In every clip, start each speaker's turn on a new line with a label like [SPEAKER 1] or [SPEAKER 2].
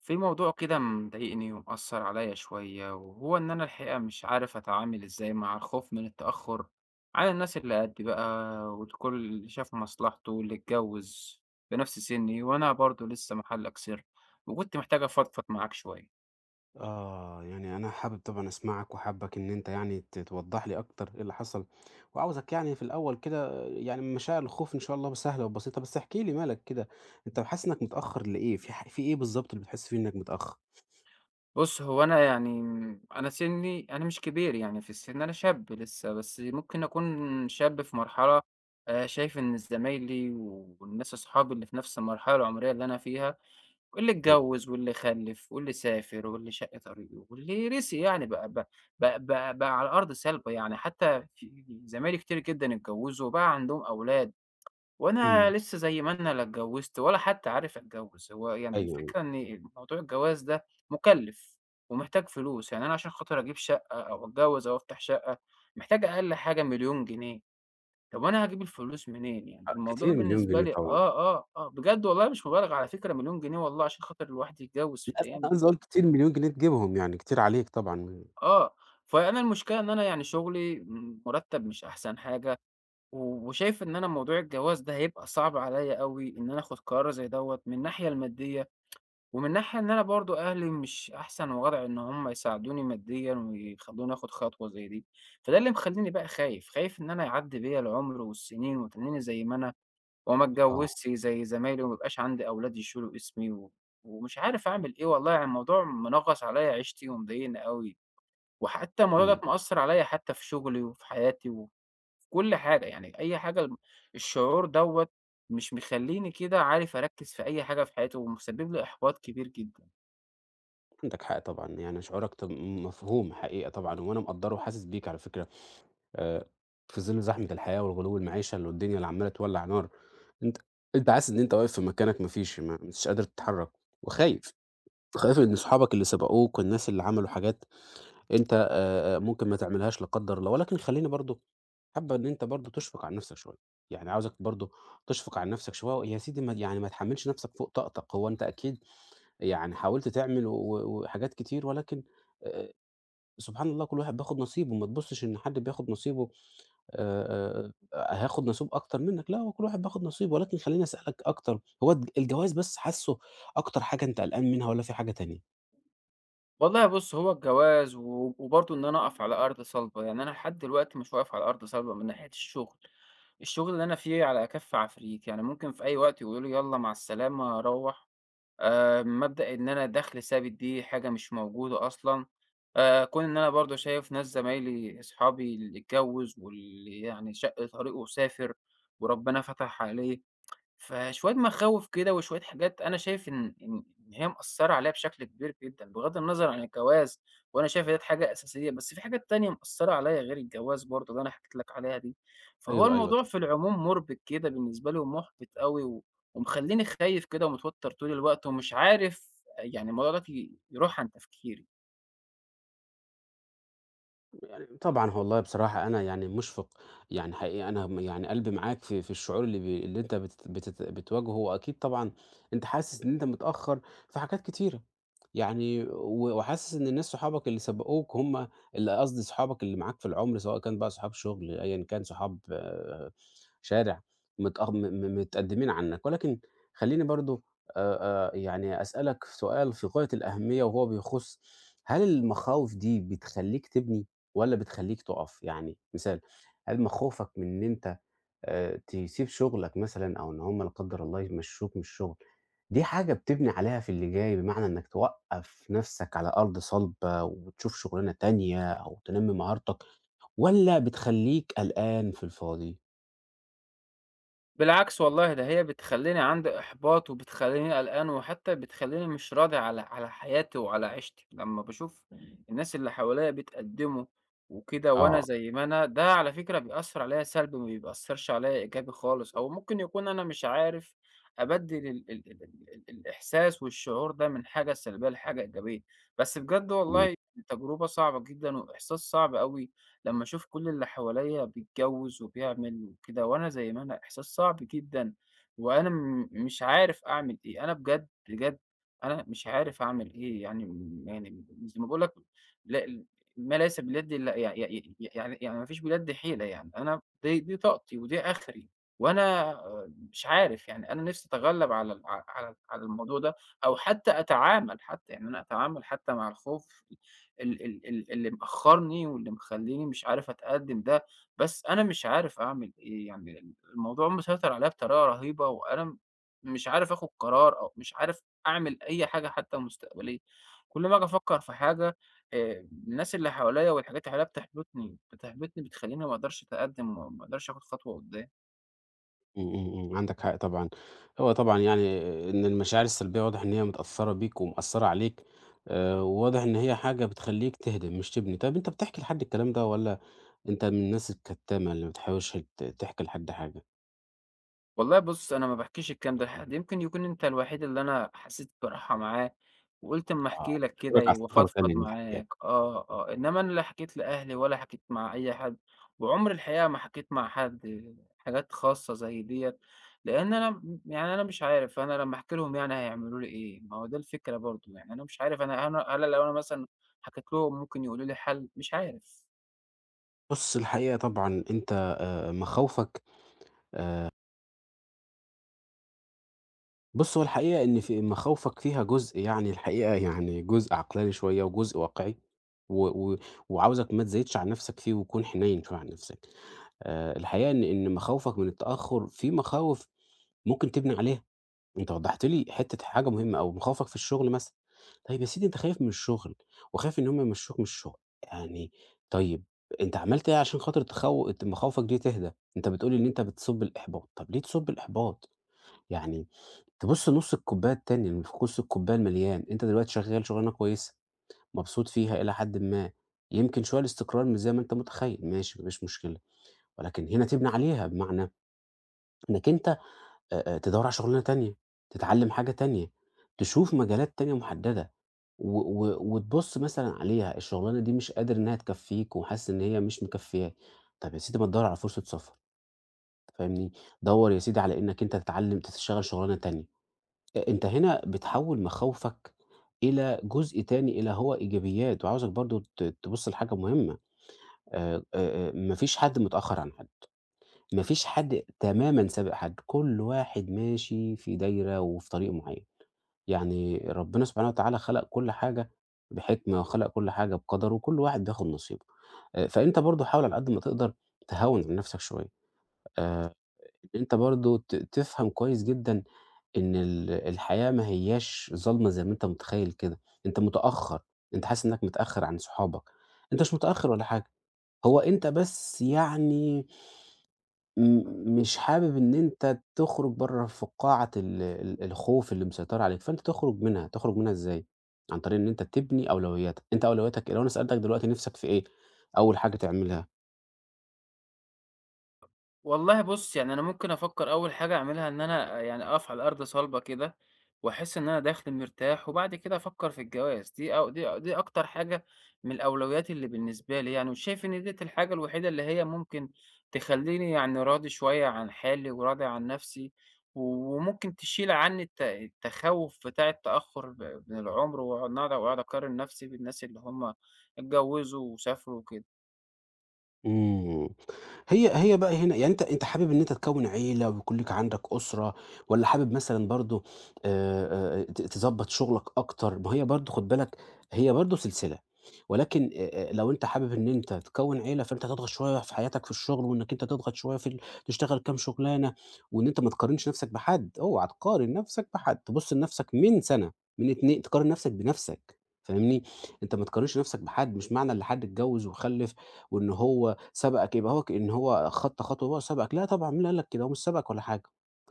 [SPEAKER 1] في موضوع كده مضايقني ومأثر عليا شوية وهو إن أنا الحقيقة مش عارف أتعامل إزاي مع الخوف من التأخر على الناس اللي قدي بقى والكل اللي شاف مصلحته واللي اتجوز بنفس سني وأنا برضو لسه محلك سر، وكنت محتاج أفضفض معاك شوية.
[SPEAKER 2] آه، يعني أنا حابب طبعًا أسمعك، وحابك إن أنت يعني توضح لي أكتر إيه اللي حصل، وعاوزك يعني في الأول كده يعني مشاعر الخوف إن شاء الله سهلة وبسيطة، بس احكِ لي مالك كده، أنت حاسس إنك متأخر لإيه؟ في إيه بالضبط اللي بتحس فيه إنك متأخر؟
[SPEAKER 1] بص، هو أنا أنا سني أنا مش كبير يعني في السن، أنا شاب لسه، بس ممكن أكون شاب في مرحلة. آه، شايف إن زمايلي والناس أصحابي اللي في نفس المرحلة العمرية اللي أنا فيها واللي
[SPEAKER 2] إمم،
[SPEAKER 1] اتجوّز واللي خلّف واللي سافر واللي شق طريقه واللي رِثي يعني بقى على أرض صلبة، يعني حتّى في زمايلي كتير جدًا اتجوّزوا وبقى عندهم أولاد، وأنا
[SPEAKER 2] إمم،
[SPEAKER 1] لسّه زي ما أنا، لا اتجوّزت ولا حتّى عارف أتجوّز. هو يعني
[SPEAKER 2] أيوه، أيوه،
[SPEAKER 1] الفكرة إن موضوع الجواز ده مُكلِّف ومحتاج فلوس، يعني أنا عشان خاطر أجيب شقّة أو أتجوّز أو أفتح شقّة محتاج أقل حاجة 1,000,000 جنيه. طب وأنا هاجيب الفلوس منين؟ يعني
[SPEAKER 2] آه
[SPEAKER 1] الموضوع
[SPEAKER 2] كتير مليون
[SPEAKER 1] بالنسبة
[SPEAKER 2] جنيه
[SPEAKER 1] لي
[SPEAKER 2] طبعًا،
[SPEAKER 1] بجد والله مش مبالغة على فكرة 1,000,000 جنيه والله عشان خاطر الواحد يتجوّز في
[SPEAKER 2] لأ، لأ
[SPEAKER 1] الأيام
[SPEAKER 2] أنا
[SPEAKER 1] دي.
[SPEAKER 2] قصدي أقول كتير مليون جنيه تجيبهم يعني كتير عليك طبعًا،
[SPEAKER 1] آه، فأنا المشكلة إن أنا يعني شغلي مرتّب مش أحسن حاجة، و وشايف إن أنا موضوع الجواز ده هيبقى صعب عليّا أوي إن أنا آخُد قرار زي دوّة من الناحية المادية، ومن ناحية إن أنا برضه أهلي مش أحسن وضع إن هم يساعدوني ماديًا ويخلّوني آخُد خطوة زي دي. فده اللي مخلّيني بقى خايف، خايف إن أنا يعدّي بيّا العُمر والسنين وتنّيني زي ما أنا وما
[SPEAKER 2] آه،
[SPEAKER 1] اتجوّزتش زي زمايلي وما يبقاش عندي أولاد يشيلوا اسمي، ومش عارف أعمل إيه. والله يعني الموضوع منغّص عليّا عيشتي ومضايقني أوي، وحتّى الموضوع ده
[SPEAKER 2] إمم،
[SPEAKER 1] مأثّر عليّا حتّى في شغلي وفي حياتي وفي كل حاجة. يعني أي حاجة الشعور دوّة مش مخلّيني كده عارف أركّز في أي حاجة في حياتي، ومسبب لي إحباط كبير جدًا.
[SPEAKER 2] عندك حق طبعًا، يعني شعورك مفهوم حقيقة طبعًا، وأنا مقدّره وحاسس بيك على فكرة. آآ في ظِل زحمة الحياة والغلو المعيشة اللي والدنيا اللي عمّالة تولّع نار، أنت أنت حاسس إن أنت واقف في مكانك ما فيش ما مش قادر تتحرّك وخايف، خايف إن صحابك اللي سبقوك والناس اللي عملوا حاجات أنت ممكن ما تعملهاش لا قدّر الله، ولكن خلّيني برضه حابّه إن أنت برضه تشفق على نَفْسك شوية، يعني عاوزك برضه تشفق على نَفْسك شوية يا سيدي ما يعني ما تحمّلش نَفْسك فوق طاقتك، هو أنت أكيد يعني حاولت تعمل و و وحاجات كتير ولكن آآ سبحان الله كل واحد بياخُد نصيبه، ما تبُصّش إن حد بياخُد نصيبه هاخد نصيب أكتر منّك، لأ هو كل واحد بياخد نصيبه، ولكن خلّيني أسألك أكتر، هو الجواز بس حاسّه أكتر حاجة أنت قلقان منها والّا في حاجة تانية؟
[SPEAKER 1] والله بُص، هو الجواز وبرضه إن أنا أقف على أرض صلبة، يعني أنا لحد دلوقتي مش واقف على أرض صلبة من ناحية الشغل. الشغل اللي أنا فيه على كَف عفريت، يعني ممكن في أي وقت يقولوا لي يالّا مع السلامة روّح. مبدأ إن أنا دَخْل ثابت دي حاجة مش موجودة أصلًا. كون إن أنا برضه شايف ناس زمايلي أصحابي اللي اتجوّز واللي يعني شَق طريقه وسافر وربنا فتح عليه، فشوية مخاوف كده وشوية حاجات أنا شايف إن هي مأثّرة عليّا بشكل كبير جدًا، بغض النظر عن الجواز. وأنا شايف ديّة حاجة أساسية، بس في حاجات تانية مأثّرة عليّا غير الجواز برضه اللي أنا حكيت لك عليها دي. فهو
[SPEAKER 2] أيوه، أيوه
[SPEAKER 1] الموضوع
[SPEAKER 2] طب
[SPEAKER 1] في العموم مُربِك كده بالنسبة لي ومُحبِط أوي، ومخلّيني خايف كده ومتوتّر طول الوقت، ومش عارف يعني الموضوع دوّة يروح عن تفكيري.
[SPEAKER 2] يعني طبعًا والله بصراحة أنا يعني مُشفِق، يعني حقيقي أنا يعني قلبي معاك في في الشعور اللي بي اللي أنت بت بتت بتواجهه، وأكيد طبعًا أنت حاسس إن أنت متأخّر في حاجات كتيرة. يعني و وحاسس إن الناس صحابك اللي سبقوك هم اللي قصدي صحابك اللي معاك في العُمر، سواء كان بقى صحاب شُغل، أيًا كان صحاب آه، شارع، متأخ م م متقدّمين عنّك، ولكن خلّيني برضه يعني أسألك سؤال في غاية الأهمية وهو بيخُص هل المخاوف دي بتخلّيك تبني والّا بتخلّيك تُقَف؟ يعني مثال، هل مخاوفك من إن أنت تسيب شغلك مثلًا أو إن هم لا قدّر الله يمشّوك من الشغل، دي حاجة بتبني عليها في اللي جاي، بمعنى إنّك توقّف نَفْسك على أرض صلبة وتشوف شغلانة تانية أو تنمّي مهارتك والّا بتخلّيك قلقان في الفاضي؟
[SPEAKER 1] بالعكس والله، ده هي بتخلّيني عندي إحباط، وبتخلّيني قلقان، وحتى بتخلّيني مش راضي على حياتي وعلى عيشتي، لمّا باشوف الناس اللي حواليّا بتقدّموا وكده، وأنا
[SPEAKER 2] آه.
[SPEAKER 1] زي ما أنا. ده على فكرة بيأثّر عليّا سلبي، ما بيأثّرش عليّا إيجابي خالص، أو ممكن يكون أنا مش عارف أبدّل ال ال ال ال ال الإحساس والشعور ده من حاجة سلبية لحاجة إيجابية. بس بجد
[SPEAKER 2] إمم.
[SPEAKER 1] والله تجربة صعبة جدًا، وإحساس صعب أوي. لما أشوف كل اللي حواليّا بيتجوّز وبيعمل وكده، وأنا زي ما أنا، إحساس صعب جدًا. وأنا مش عارف أعمل إيه. أنا بجد، بجد أنا مش عارف أعمل إيه. يعني م يعني زي ما باقول لك ل ما ليس باليد إلا يع يع ي يعني يعني ما فيش باليد حيلة. يعني أنا دي طاقتي ودي آخري، وأنا آه، مش عارف. يعني أنا نِفْسي أتغلّب على ال ع على ال على الموضوع ده، أو حتى أتعامل حتى، يعني أنا أتعامل حتى مع الخوف ال ال ال اللي مأخّرني واللي مخلّيني مش عارف أتقدّم ده. بس أنا مش عارف أعمل إيه. يعني الموضوع مسيطر عليّا بطريقة رهيبة، وأنا مش عارف آخُد قرار، أو مش عارف أعمل أي حاجة حتّى مستقبلية. كل ما آجي أفكّر في حاجة، الناس اللي حواليّا والحاجات اللي حواليّا بتحبطني، بتخلّيني ما أقدرش أتقدّم وما أقدرش آخُد خطوة قدّام.
[SPEAKER 2] إمم، إمم، إمم، عندك حق طبعًا. هو طبعًا يعني إن المشاعر السلبية واضح إن هي متأثّرة بيك ومأثّرة عليك وواضح إن هي حاجة بتخلّيك تهدم مش تبني. طيب أنت بتحكي لحد الكلام ده والّا أنت من الناس الكتّامة اللي ما بتحاولش تحكي لحد حاجة؟
[SPEAKER 1] والله بُص، أنا ما باحكيش الكلام ده لحد. يمكن يكون أنت الوحيد اللي أنا حسيت براحة معاه، وقُلت أمّا
[SPEAKER 2] آه،
[SPEAKER 1] أحكي لك كده
[SPEAKER 2] أشكرك على الثقة
[SPEAKER 1] وأفضفض
[SPEAKER 2] الغالية دي الحقيقة.
[SPEAKER 1] معاك. آه، آه، إنما أنا لا حكيت لأهلي ولا حكيت مع أي حد، وعمري الحقيقة ما حكيت مع حد حاجات خاصة زي ديّة، لإن أنا م يعني أنا مش عارف أنا لمّا أحكي لهم يعني هيعملوا لي إيه. ما هو ده الفكرة برضه. يعني أنا مش عارف، أنا أنا لو أنا مثلًا حكيت لهم ممكن يقولوا لي حل، مش عارف.
[SPEAKER 2] بُص الحقيقة طبعًا أنت مخاوفك بُص هو الحقيقة إن في مخاوفك فيها جزء يعني الحقيقة يعني جزء عقلاني شوية وجزء واقعي، و و وعاوزك ما تزايدش على نفسك فيه وتكون حنين شوية على نفسك. الحقيقة إن مخاوفك من التأخر في مخاوف ممكن تبني عليها. أنت وضّحت لي حتّة حاجة مهمة أوي، مخاوفك في الشغل مثلًا. طيب يا سيدي أنت خايف من الشغل، وخايف إن هُم يمشّوك من الشغل، يعني طيب أنت عملت إيه عشان خاطر تخو ت مخاوفك دي تهدى؟ أنت بتقول لي إن أنت بتصُب الإحباط، طب ليه تصُب الإحباط؟ يعني تبُص لنُص الكوباية التانية، اللي في نُص الكوباية المليان، أنت دلوقتي شغّال شغلانة كويسة، مبسوط فيها إلى حدٍ ما، يمكن شوية الاستقرار مش زي ما أنت متخيّل، ماشي ما فيش مشكلة، ولكن هنا تبني عليها، بمعنى إنّك أنت تدوّر على شغلانة تانية، تتعلّم حاجة تانية، تشوف مجالات تانية محددة، و و وتبُص مثلًا عليها، الشغلانة دي مش قادر إنها تكفّيك وحاسس إن هي مش مكفّياك، طَب يا سيدي ما تدوّر على فرصة سفر، فاهمني، دوّر يا سيدي على إنك أنت تتعلّم تشتغل شغلانة تانية، أنت هنا بتحوّل مخاوفك إلى جزء تاني إلى هو إيجابيات، وعاوزك برضه تبُص لحاجة مهمة، آآ، آآ، ما فيش حد متأخّر عن حد. ما فيش حد تمامًا سابق حد، كل واحد ماشي في دايرة وفي طريق معيّن، يعني ربنا سبحانه وتعالى خلق كل حاجة بحكمة، وخلق كل حاجة بقدر، وكل واحد بياخد نصيبه، فأنت برضه حاول على قد ما تقدر تهوّن على نفْسك شوية، آآ، أنت برضه تفهم كويس جدًا إن الحياة ما هياش ظالمة زي ما أنت متخيّل كده، أنت متأخّر، أنت حاسس إنك متأخّر عن صحابك، أنت مش متأخّر ولا حاجة، هو أنت بس يعني مش حابب إن أنت تخرج برّه فقاعة ال ال الخوف اللي مسيطرة عليك، فأنت تخرج منها، تخرج منها إزاي؟ عن طريق إن أنت تبني أولوياتك، أنت أولوياتك إيه؟ لو أنا سألتك دلوقتي نِفْسك في إيه، أول حاجة تعملها؟
[SPEAKER 1] والله بُص، يعني أنا ممكن أفكّر أول حاجة أعملها إن أنا يعني أقف على الأرض صلبة كده، وأحس إن أنا داخل مرتاح، وبعد كده أفكّر في الجواز. دي أو دي دي أكتر حاجة من الأولويات اللي بالنسبة لي يعني، وشايف إن ديّة الحاجة الوحيدة اللي هي ممكن تخلّيني يعني راضي شوية عن حالي وراضي عن نَفْسي، و وممكن تشيل عني التخوُّف بتاع التأخُّر من العُمر، وإن أقعد أقارن نَفْسي بالناس اللي هم اتجوّزوا وسافروا وكده.
[SPEAKER 2] إمم. هي بقى هنا يعني أنت حابب إن أنت تكوّن عيلة ويكون ليك عندك أسرة والّا حابب مثلًا برضه ت تضبّط شغلك أكتر؟ ما هي برضه خُد بالك هي برضه سلسلة، ولكن لو أنت حابب إن أنت تكوّن عيلة فأنت هتضغط شوية في حياتك في الشغل وإنّك أنت تضغط شوية في ال تشتغل كام شغلانة وإن أنت ما تقارنش نَفْسك بحد، اوعى تقارن نَفْسك بحد، تبُص لنَفْسك من سَنة، من 2 تقارن نَفْسك بنَفْسك، فاهمني؟ أنت ما تقارنش نَفْسك بحد، مش معنى اللي حد اتجوّز وخلِّف وإن هو سبقك يبقى هو كإن هو خَطّى خطوة هو سبقك، لا طبعًا مين اللي قال لك كده، هو مش سابقك ولا حاجة،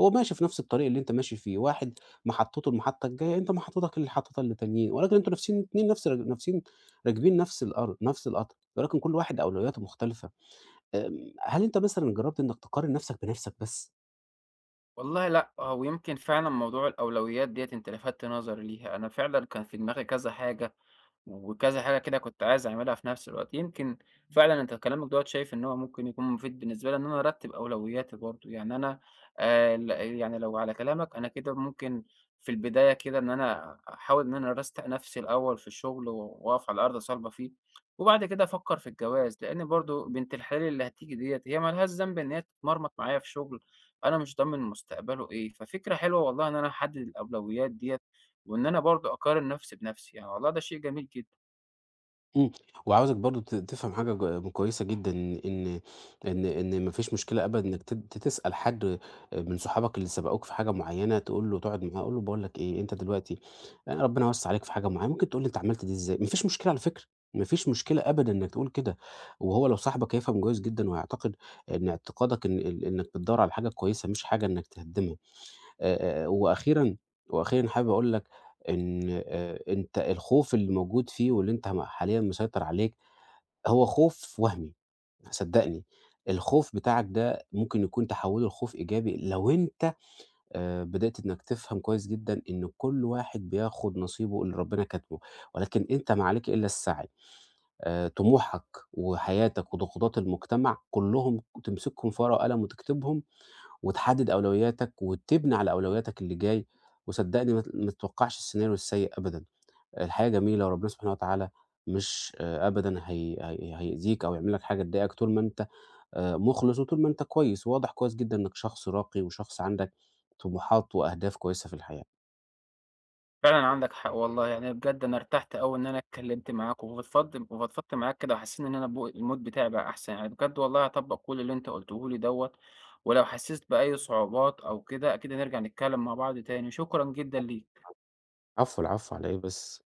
[SPEAKER 2] هو ماشي في نفس الطريق اللي أنت ماشي فيه، واحد محطته لمحطة الجاية، أنت محطتك اللي حاططها للتانيين، ولكن أنتم نفسين الاتنين نفسين راكبين نفس القطر، ولكن كل واحد أولوياته مختلفة. آمم، هل أنت مثلًا جرّبت إنك تقارن نفسك بنفسك بس؟
[SPEAKER 1] والله لأ، هو يمكن فعلًا موضوع الأولويات ديّة أنت لفتت نظري ليها. أنا فعلًا كان في دماغي كذا حاجة وكذا حاجة كده، كنت عايز أعملها في نفس الوقت. يمكن فعلًا أنت كلامك دوّة شايف إن هو ممكن يكون مفيد بالنسبة لي إن أنا أرتّب أولوياتي برضه. يعني أنا ل يعني لو على كلامك أنا كده، ممكن في البداية كده إن أنا أحاول إن أنا أرستق نفسي الأول في الشغل، وأقف على أرض صلبة فيه، وبعد كده أفكّر في الجواز. لإن برضه بنت الحلال اللي هتيجي ديّة هي ما لهاش ذنب إن هي تتمرمط معايا في شغل أنا مش ضامن مستقبله إيه. ففكرة حلوة والله إن أنا أحدد الأولويات ديّة، وإن أنا برضه أقارن نفسي بنفسي، يعني والله ده شيء جميل جدًا.
[SPEAKER 2] إمم، وعاوزك برضه تفهم حاجة ج كويسة جدًا إن ما فيش مشكلة أبدًا إنك تسأل حد من صحابك اللي سبقوك في حاجة معيّنة، تقول له تقعد معاه قُل له باقول لك إيه، أنت دلوقتي أنا ربنا وَسّع عليك في حاجة معيّنة، ممكن تقول لي أنت عملت دي إزاي؟ ما فيش مشكلة على فكرة، ما فيش مشكلة أبدًا إنك تقول كده، وهو لو صاحبك هيفهم كويس جدًا وهيعتقد إن اعتقادك إن إنك بتدوّر على حاجة كويسة مش حاجة إنك تهدمها. وأخيرًا وأخيرًا حابب أقول لك إن أنت الخوف اللي موجود فيه واللي أنت حاليًا مسيطر عليك هو خوف وهمي، صدّقني. الخوف بتاعك ده ممكن يكون تحوّله لخوف إيجابي لو أنت بدأت إنك تفهم كويس جدًا إن كل واحد بياخد نصيبه اللي ربنا كاتبه، ولكن أنت ما عليك إلا السعي. طموحك وحياتك وضغوطات المجتمع كلّهم تمسكهم في ورقة وقلم وتكتبهم وتحدد أولوياتك وتبني على أولوياتك اللي جاي، وصدّقني ما تتوقّعش السيناريو السيء أبدًا، الحياة جميلة وربنا سبحانه وتعالى مش أبدًا هي هيأذيك أو يعمل لك حاجة تضايقك طول ما أنت مُخلص وطول ما أنت كويس، وواضح كويس جدًا إنّك شخص راقي وشخص عندك طموحات وأهداف كويسة في الحياة.
[SPEAKER 1] فعلًا عندك حق والله. يعني بجد أنا ارتحت أوي إن أنا اتكلمت معاك وفضفضت معاك كده، وحسيت إن أنا بو الmood بتاعي بقى أحسن. يعني بجد والله هاطبّق كل اللي أنت قُلته لي دوّة، ولو حسيت بأي صعوبات أو كده أكيد هنرجع نتكلم مع بعض تاني. شكرًا جدًا ليك.
[SPEAKER 2] العفو، العفو على إيه بس.